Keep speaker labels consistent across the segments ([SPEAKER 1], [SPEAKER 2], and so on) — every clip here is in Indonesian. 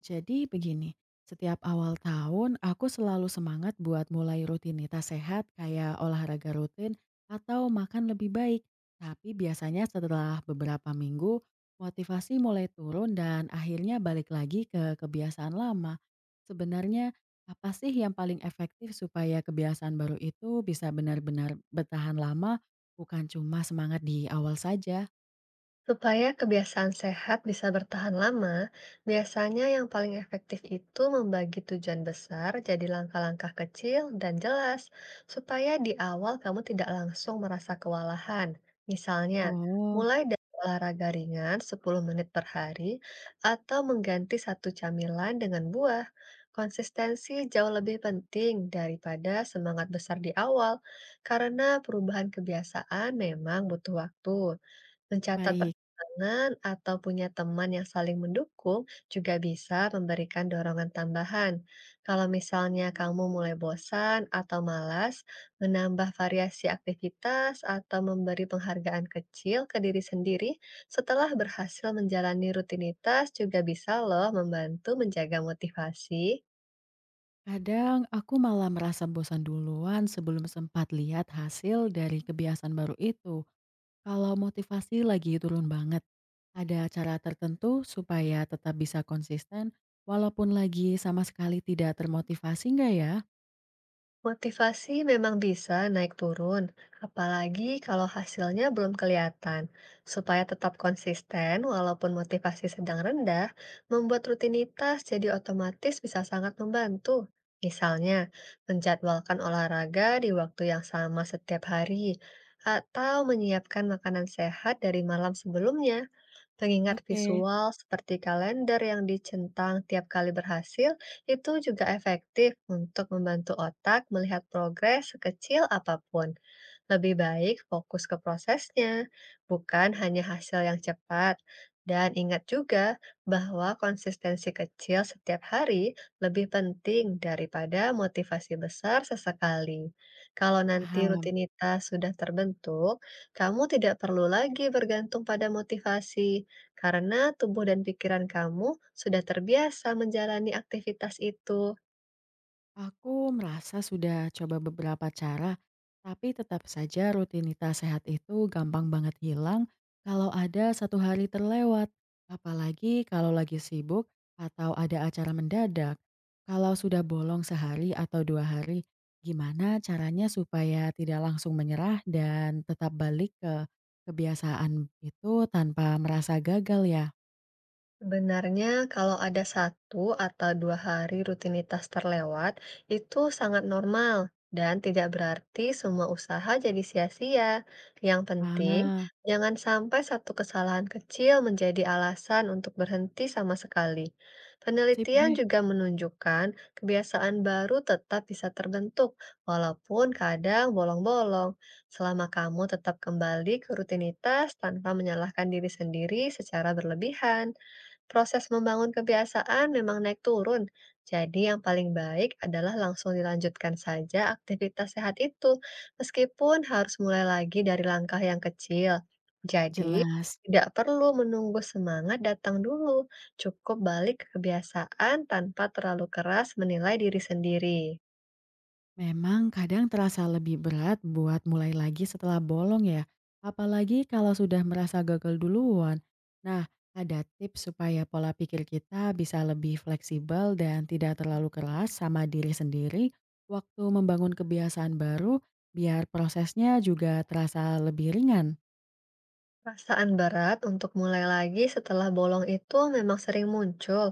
[SPEAKER 1] Jadi begini, setiap awal tahun aku selalu semangat buat mulai rutinitas sehat kayak olahraga rutin atau makan lebih baik. Tapi biasanya setelah beberapa minggu, motivasi mulai turun dan akhirnya balik lagi ke kebiasaan lama. Sebenarnya apa sih yang paling efektif supaya kebiasaan baru itu bisa benar-benar bertahan lama, bukan cuma semangat di awal saja?
[SPEAKER 2] Supaya kebiasaan sehat bisa bertahan lama, biasanya yang paling efektif itu membagi tujuan besar jadi langkah-langkah kecil dan jelas, supaya di awal kamu tidak langsung merasa kewalahan. Misalnya,
[SPEAKER 1] Oh,
[SPEAKER 2] mulai dari olahraga ringan 10 menit per hari atau mengganti satu camilan dengan buah. Konsistensi jauh lebih penting daripada semangat besar di awal, karena perubahan kebiasaan memang butuh waktu. Mencatat
[SPEAKER 1] baik.
[SPEAKER 2] perkembangan atau punya teman yang saling mendukung juga bisa memberikan dorongan tambahan. Kalau misalnya kamu mulai bosan atau malas, menambah variasi aktivitas atau memberi penghargaan kecil ke diri sendiri setelah berhasil menjalani rutinitas juga bisa loh membantu menjaga motivasi.
[SPEAKER 1] Kadang aku malah merasa bosan duluan sebelum sempat lihat hasil dari kebiasaan baru itu. Kalau motivasi lagi turun banget, ada cara tertentu supaya tetap bisa konsisten walaupun lagi sama sekali tidak termotivasi nggak ya?
[SPEAKER 2] Motivasi memang bisa naik turun, apalagi kalau hasilnya belum kelihatan. Supaya tetap konsisten, walaupun motivasi sedang rendah, membuat rutinitas jadi otomatis bisa sangat membantu. Misalnya, menjadwalkan olahraga di waktu yang sama setiap hari, atau menyiapkan makanan sehat dari malam sebelumnya. Pengingat
[SPEAKER 1] Oke,
[SPEAKER 2] visual seperti kalender yang dicentang tiap kali berhasil itu juga efektif untuk membantu otak melihat progres sekecil apapun. Lebih baik fokus ke prosesnya, bukan hanya hasil yang cepat. Dan ingat juga bahwa konsistensi kecil setiap hari lebih penting daripada motivasi besar sesekali. Kalau nanti
[SPEAKER 1] paham.
[SPEAKER 2] rutinitas sudah terbentuk, kamu tidak perlu lagi bergantung pada motivasi, karena tubuh dan pikiran kamu sudah terbiasa menjalani aktivitas itu.
[SPEAKER 1] Aku merasa sudah coba beberapa cara, tapi tetap saja rutinitas sehat itu gampang banget hilang kalau ada satu hari terlewat. Apalagi kalau lagi sibuk atau ada acara mendadak. Kalau sudah bolong sehari atau 2 hari, gimana caranya supaya tidak langsung menyerah dan tetap balik ke kebiasaan itu tanpa merasa gagal ya?
[SPEAKER 2] Sebenarnya kalau ada satu atau dua hari rutinitas terlewat, itu sangat normal dan tidak berarti semua usaha jadi sia-sia. Yang penting,
[SPEAKER 1] Ah,
[SPEAKER 2] jangan sampai satu kesalahan kecil menjadi alasan untuk berhenti sama sekali.
[SPEAKER 1] sip
[SPEAKER 2] Penelitian
[SPEAKER 1] deh,
[SPEAKER 2] juga menunjukkan kebiasaan baru tetap bisa terbentuk, walaupun kadang bolong-bolong, selama kamu tetap kembali ke rutinitas tanpa menyalahkan diri sendiri secara berlebihan. Proses membangun kebiasaan memang naik turun. Jadi yang paling baik adalah langsung dilanjutkan saja aktivitas sehat itu, meskipun harus mulai lagi dari langkah yang kecil. Jadi
[SPEAKER 1] jelas.
[SPEAKER 2] tidak perlu menunggu semangat datang dulu, cukup balik ke kebiasaan tanpa terlalu keras menilai diri sendiri.
[SPEAKER 1] Memang kadang terasa lebih berat buat mulai lagi setelah bolong ya, apalagi kalau sudah merasa gagal duluan. Nah, ada tips supaya pola pikir kita bisa lebih fleksibel dan tidak terlalu keras sama diri sendiri waktu membangun kebiasaan baru biar prosesnya juga terasa lebih ringan.
[SPEAKER 2] Perasaan berat untuk mulai lagi setelah bolong itu memang sering muncul,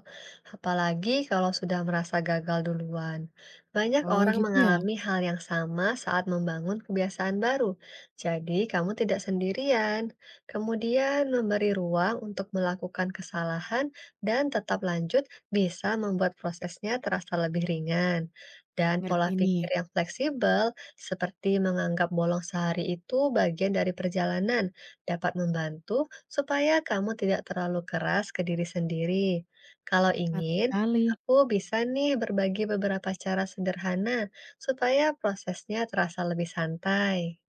[SPEAKER 2] apalagi kalau sudah merasa gagal duluan. Banyak
[SPEAKER 1] Oh,
[SPEAKER 2] orang
[SPEAKER 1] gitu ya,
[SPEAKER 2] mengalami hal yang sama saat membangun kebiasaan baru, jadi kamu tidak sendirian. Kemudian, memberi ruang untuk melakukan kesalahan dan tetap lanjut bisa membuat prosesnya terasa lebih ringan. Dan pola
[SPEAKER 1] ngerti nih,
[SPEAKER 2] pikir yang fleksibel, seperti menganggap bolong sehari itu bagian dari perjalanan dapat membantu supaya kamu tidak terlalu keras ke diri sendiri. Kalau
[SPEAKER 1] tepat
[SPEAKER 2] ingin,
[SPEAKER 1] sekali.
[SPEAKER 2] aku bisa nih berbagi beberapa cara sederhana supaya prosesnya terasa lebih santai.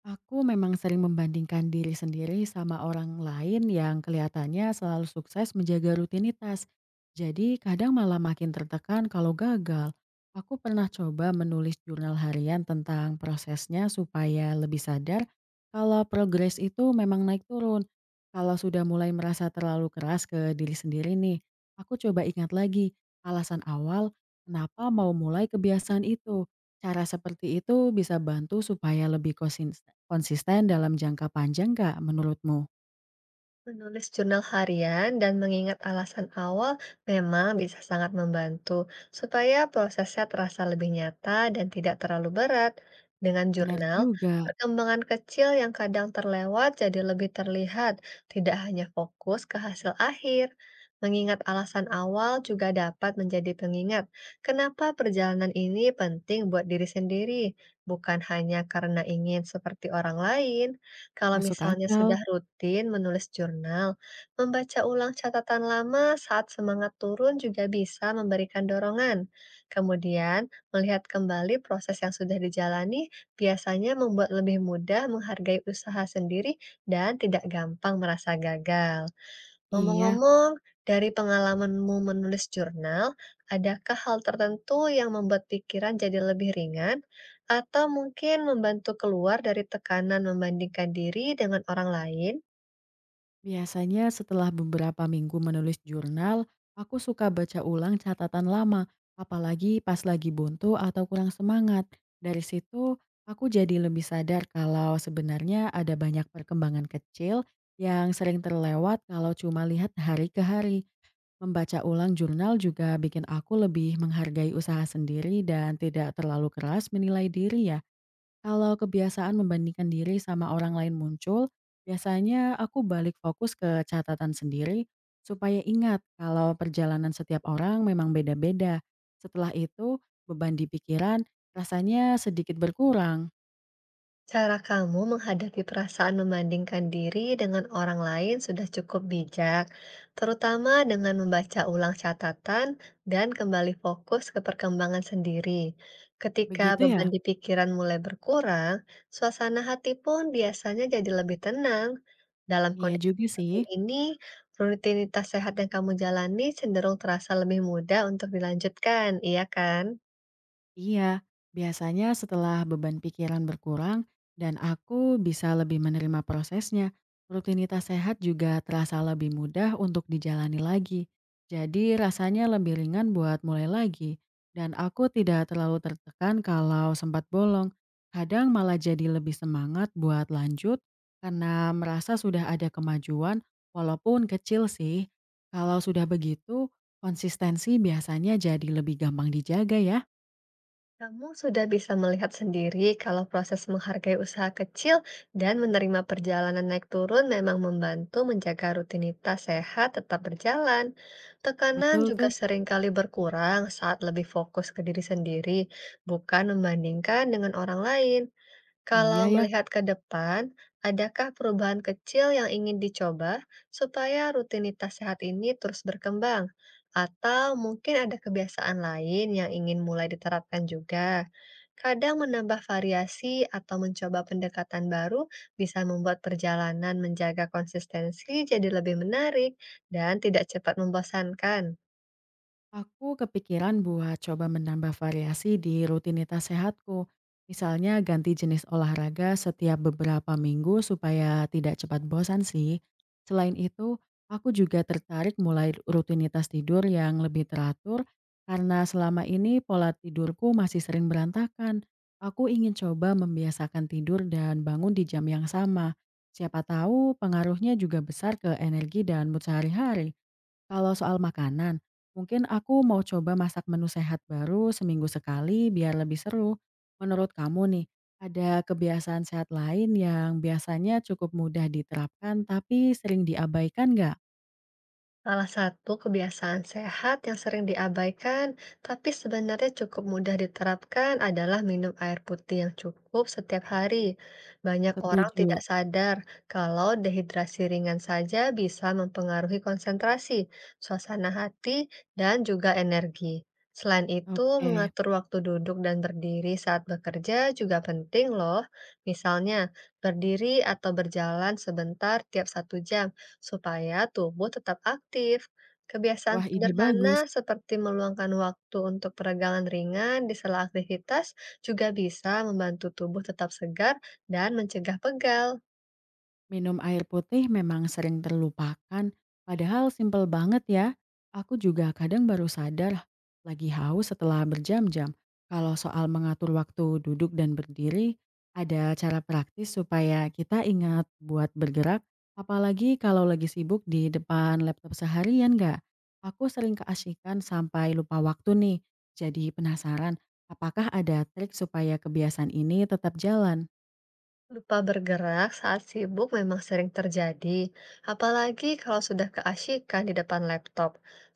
[SPEAKER 1] Aku memang sering membandingkan diri sendiri sama orang lain yang kelihatannya selalu sukses menjaga rutinitas. Jadi kadang malah makin tertekan kalau gagal. Aku pernah coba menulis jurnal harian tentang prosesnya supaya lebih sadar kalau progres itu memang naik turun. Kalau sudah mulai merasa terlalu keras ke diri sendiri nih, aku coba ingat lagi alasan awal kenapa mau mulai kebiasaan itu. Cara seperti itu bisa bantu supaya lebih konsisten dalam jangka panjang nggak menurutmu?
[SPEAKER 2] Menulis jurnal harian dan mengingat alasan awal memang bisa sangat membantu supaya prosesnya terasa lebih nyata dan tidak terlalu berat. Dengan
[SPEAKER 1] Benar
[SPEAKER 2] jurnal,
[SPEAKER 1] juga,
[SPEAKER 2] perkembangan kecil yang kadang terlewat jadi lebih terlihat, tidak hanya fokus ke hasil akhir. Mengingat alasan awal juga dapat menjadi pengingat kenapa perjalanan ini penting buat diri sendiri, bukan hanya karena ingin seperti orang lain. Kalau
[SPEAKER 1] masuk
[SPEAKER 2] misalnya sudah
[SPEAKER 1] akal.
[SPEAKER 2] rutin menulis jurnal, membaca ulang catatan lama saat semangat turun juga bisa memberikan dorongan. Kemudian, melihat kembali proses yang sudah dijalani biasanya membuat lebih mudah menghargai usaha sendiri dan tidak gampang merasa gagal.
[SPEAKER 1] Iya,
[SPEAKER 2] Ngomong-ngomong, dari pengalamanmu menulis jurnal, adakah hal tertentu yang membuat pikiran jadi lebih ringan, atau mungkin membantu keluar dari tekanan membandingkan diri dengan orang lain?
[SPEAKER 1] biasanya setelah beberapa minggu menulis jurnal, aku suka baca ulang catatan lama, apalagi pas lagi buntu atau kurang semangat. Dari situ, aku jadi lebih sadar kalau sebenarnya ada banyak perkembangan kecil yang sering terlewat kalau cuma lihat hari ke hari. Membaca ulang jurnal juga bikin aku lebih menghargai usaha sendiri dan tidak terlalu keras menilai diri ya. Kalau kebiasaan membandingkan diri sama orang lain muncul, biasanya aku balik fokus ke catatan sendiri supaya ingat kalau perjalanan setiap orang memang beda-beda. Setelah itu, beban di pikiran rasanya sedikit berkurang.
[SPEAKER 2] Cara kamu menghadapi perasaan membandingkan diri dengan orang lain sudah cukup bijak, terutama dengan membaca ulang catatan dan kembali fokus ke perkembangan sendiri. Ketika
[SPEAKER 1] Begitu
[SPEAKER 2] beban
[SPEAKER 1] ya?
[SPEAKER 2] di pikiran mulai berkurang, suasana hati pun biasanya jadi lebih tenang. Dalam
[SPEAKER 1] Iya
[SPEAKER 2] kondisi
[SPEAKER 1] juga
[SPEAKER 2] seperti
[SPEAKER 1] sih.
[SPEAKER 2] ini, rutinitas sehat yang kamu jalani cenderung terasa lebih mudah untuk dilanjutkan, iya kan?
[SPEAKER 1] Iya, biasanya setelah beban pikiran berkurang dan aku bisa lebih menerima prosesnya, rutinitas sehat juga terasa lebih mudah untuk dijalani lagi. Jadi rasanya lebih ringan buat mulai lagi, dan aku tidak terlalu tertekan kalau sempat bolong. Kadang malah jadi lebih semangat buat lanjut karena merasa sudah ada kemajuan, walaupun kecil sih. Kalau sudah begitu, konsistensi biasanya jadi lebih gampang dijaga ya.
[SPEAKER 2] Kamu sudah bisa melihat sendiri kalau proses menghargai usaha kecil dan menerima perjalanan naik turun memang membantu menjaga rutinitas sehat tetap berjalan. Tekanan
[SPEAKER 1] Betul
[SPEAKER 2] juga
[SPEAKER 1] tuh.
[SPEAKER 2] seringkali berkurang saat lebih fokus ke diri sendiri, bukan membandingkan dengan orang lain. Kalau
[SPEAKER 1] Iya ya,
[SPEAKER 2] melihat ke depan, adakah perubahan kecil yang ingin dicoba supaya rutinitas sehat ini terus berkembang? Atau mungkin ada kebiasaan lain yang ingin mulai diterapkan juga? Kadang menambah variasi atau mencoba pendekatan baru bisa membuat perjalanan menjaga konsistensi jadi lebih menarik dan tidak cepat membosankan.
[SPEAKER 1] aku kepikiran buat coba menambah variasi di rutinitas sehatku. Misalnya ganti jenis olahraga setiap beberapa minggu supaya tidak cepat bosan sih. Selain itu, aku juga tertarik mulai rutinitas tidur yang lebih teratur karena selama ini pola tidurku masih sering berantakan. Aku ingin coba membiasakan tidur dan bangun di jam yang sama. Siapa tahu pengaruhnya juga besar ke energi dan mood sehari-hari. Kalau soal makanan, mungkin aku mau coba masak menu sehat baru seminggu sekali biar lebih seru. Menurut kamu nih, ada kebiasaan sehat lain yang biasanya cukup mudah diterapkan tapi sering diabaikan nggak?
[SPEAKER 2] Salah satu kebiasaan sehat yang sering diabaikan, tapi sebenarnya cukup mudah diterapkan adalah minum air putih yang cukup setiap hari. Banyak orang tidak
[SPEAKER 1] Setuju.
[SPEAKER 2] sadar kalau dehidrasi ringan saja bisa mempengaruhi konsentrasi, suasana hati, dan juga energi. Selain itu,
[SPEAKER 1] Oke,
[SPEAKER 2] mengatur waktu duduk dan berdiri saat bekerja juga penting loh. Misalnya, berdiri atau berjalan sebentar tiap satu jam supaya tubuh tetap aktif. Kebiasaan
[SPEAKER 1] wah, ide bagus.
[SPEAKER 2] sederhana seperti meluangkan waktu untuk peregangan ringan di sela aktivitas juga bisa membantu tubuh tetap segar dan mencegah pegal.
[SPEAKER 1] Minum air putih memang sering terlupakan, padahal simpel banget ya. Aku juga kadang baru sadar lagi haus setelah berjam-jam. Kalau soal mengatur waktu duduk dan berdiri, ada cara praktis supaya kita ingat buat bergerak, apalagi kalau lagi sibuk di depan laptop seharian nggak? Aku sering keasyikan sampai lupa waktu nih, jadi penasaran apakah ada trik supaya kebiasaan ini tetap jalan?
[SPEAKER 2] Lupa bergerak saat sibuk memang sering terjadi, apalagi kalau sudah keasyikan di depan laptop.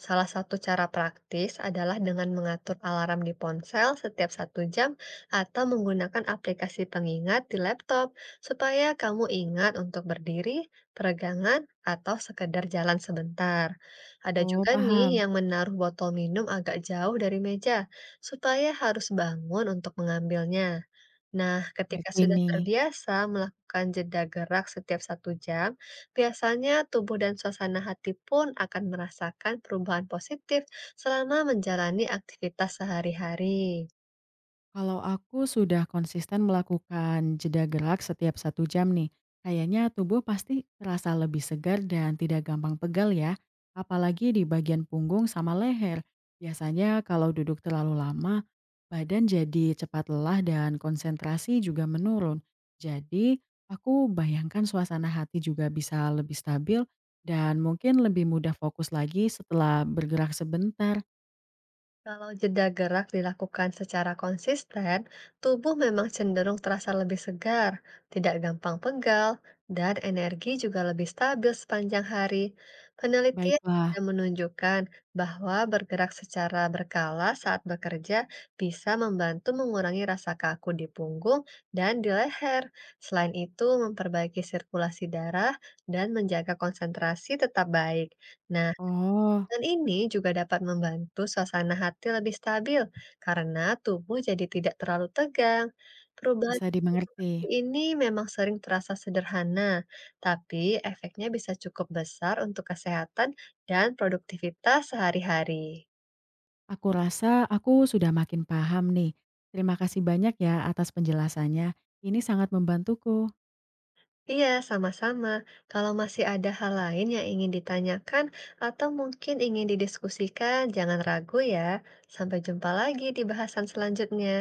[SPEAKER 2] Salah satu cara praktis adalah dengan mengatur alarm di ponsel setiap satu jam atau menggunakan aplikasi pengingat di laptop supaya kamu ingat untuk berdiri, peregangan, atau sekedar jalan sebentar. Ada
[SPEAKER 1] Oh
[SPEAKER 2] juga nih
[SPEAKER 1] paham,
[SPEAKER 2] yang menaruh botol minum agak jauh dari meja supaya harus bangun untuk mengambilnya. Nah, ketika
[SPEAKER 1] ngerti
[SPEAKER 2] sudah
[SPEAKER 1] nih.
[SPEAKER 2] terbiasa melakukan jeda gerak setiap satu jam, biasanya tubuh dan suasana hati pun akan merasakan perubahan positif selama menjalani aktivitas sehari-hari.
[SPEAKER 1] Kalau aku sudah konsisten melakukan jeda gerak setiap satu jam nih, kayaknya tubuh pasti terasa lebih segar dan tidak gampang pegal ya, apalagi di bagian punggung sama leher. Biasanya kalau duduk terlalu lama, badan jadi cepat lelah dan konsentrasi juga menurun. Jadi, aku bayangkan suasana hati juga bisa lebih stabil dan mungkin lebih mudah fokus lagi setelah bergerak sebentar.
[SPEAKER 2] Kalau jeda gerak dilakukan secara konsisten, tubuh memang cenderung terasa lebih segar, tidak gampang pegal, dan energi juga lebih stabil sepanjang hari. Penelitian
[SPEAKER 1] Baiklah.
[SPEAKER 2] sudah menunjukkan bahwa bergerak secara berkala saat bekerja bisa membantu mengurangi rasa kaku di punggung dan di leher. Selain itu, memperbaiki sirkulasi darah dan menjaga konsentrasi tetap baik. Nah,
[SPEAKER 1] Oh,
[SPEAKER 2] dan ini juga dapat membantu suasana hati lebih stabil karena tubuh jadi tidak terlalu tegang. Perubahan
[SPEAKER 1] bisa dimengerti.
[SPEAKER 2] ini memang sering terasa sederhana, tapi efeknya bisa cukup besar untuk kesehatan dan produktivitas sehari-hari.
[SPEAKER 1] Aku rasa aku sudah makin paham nih. Terima kasih banyak ya atas penjelasannya. Ini sangat membantuku.
[SPEAKER 2] Iya, sama-sama. Kalau masih ada hal lain yang ingin ditanyakan atau mungkin ingin didiskusikan, jangan ragu ya. Sampai jumpa lagi di bahasan selanjutnya.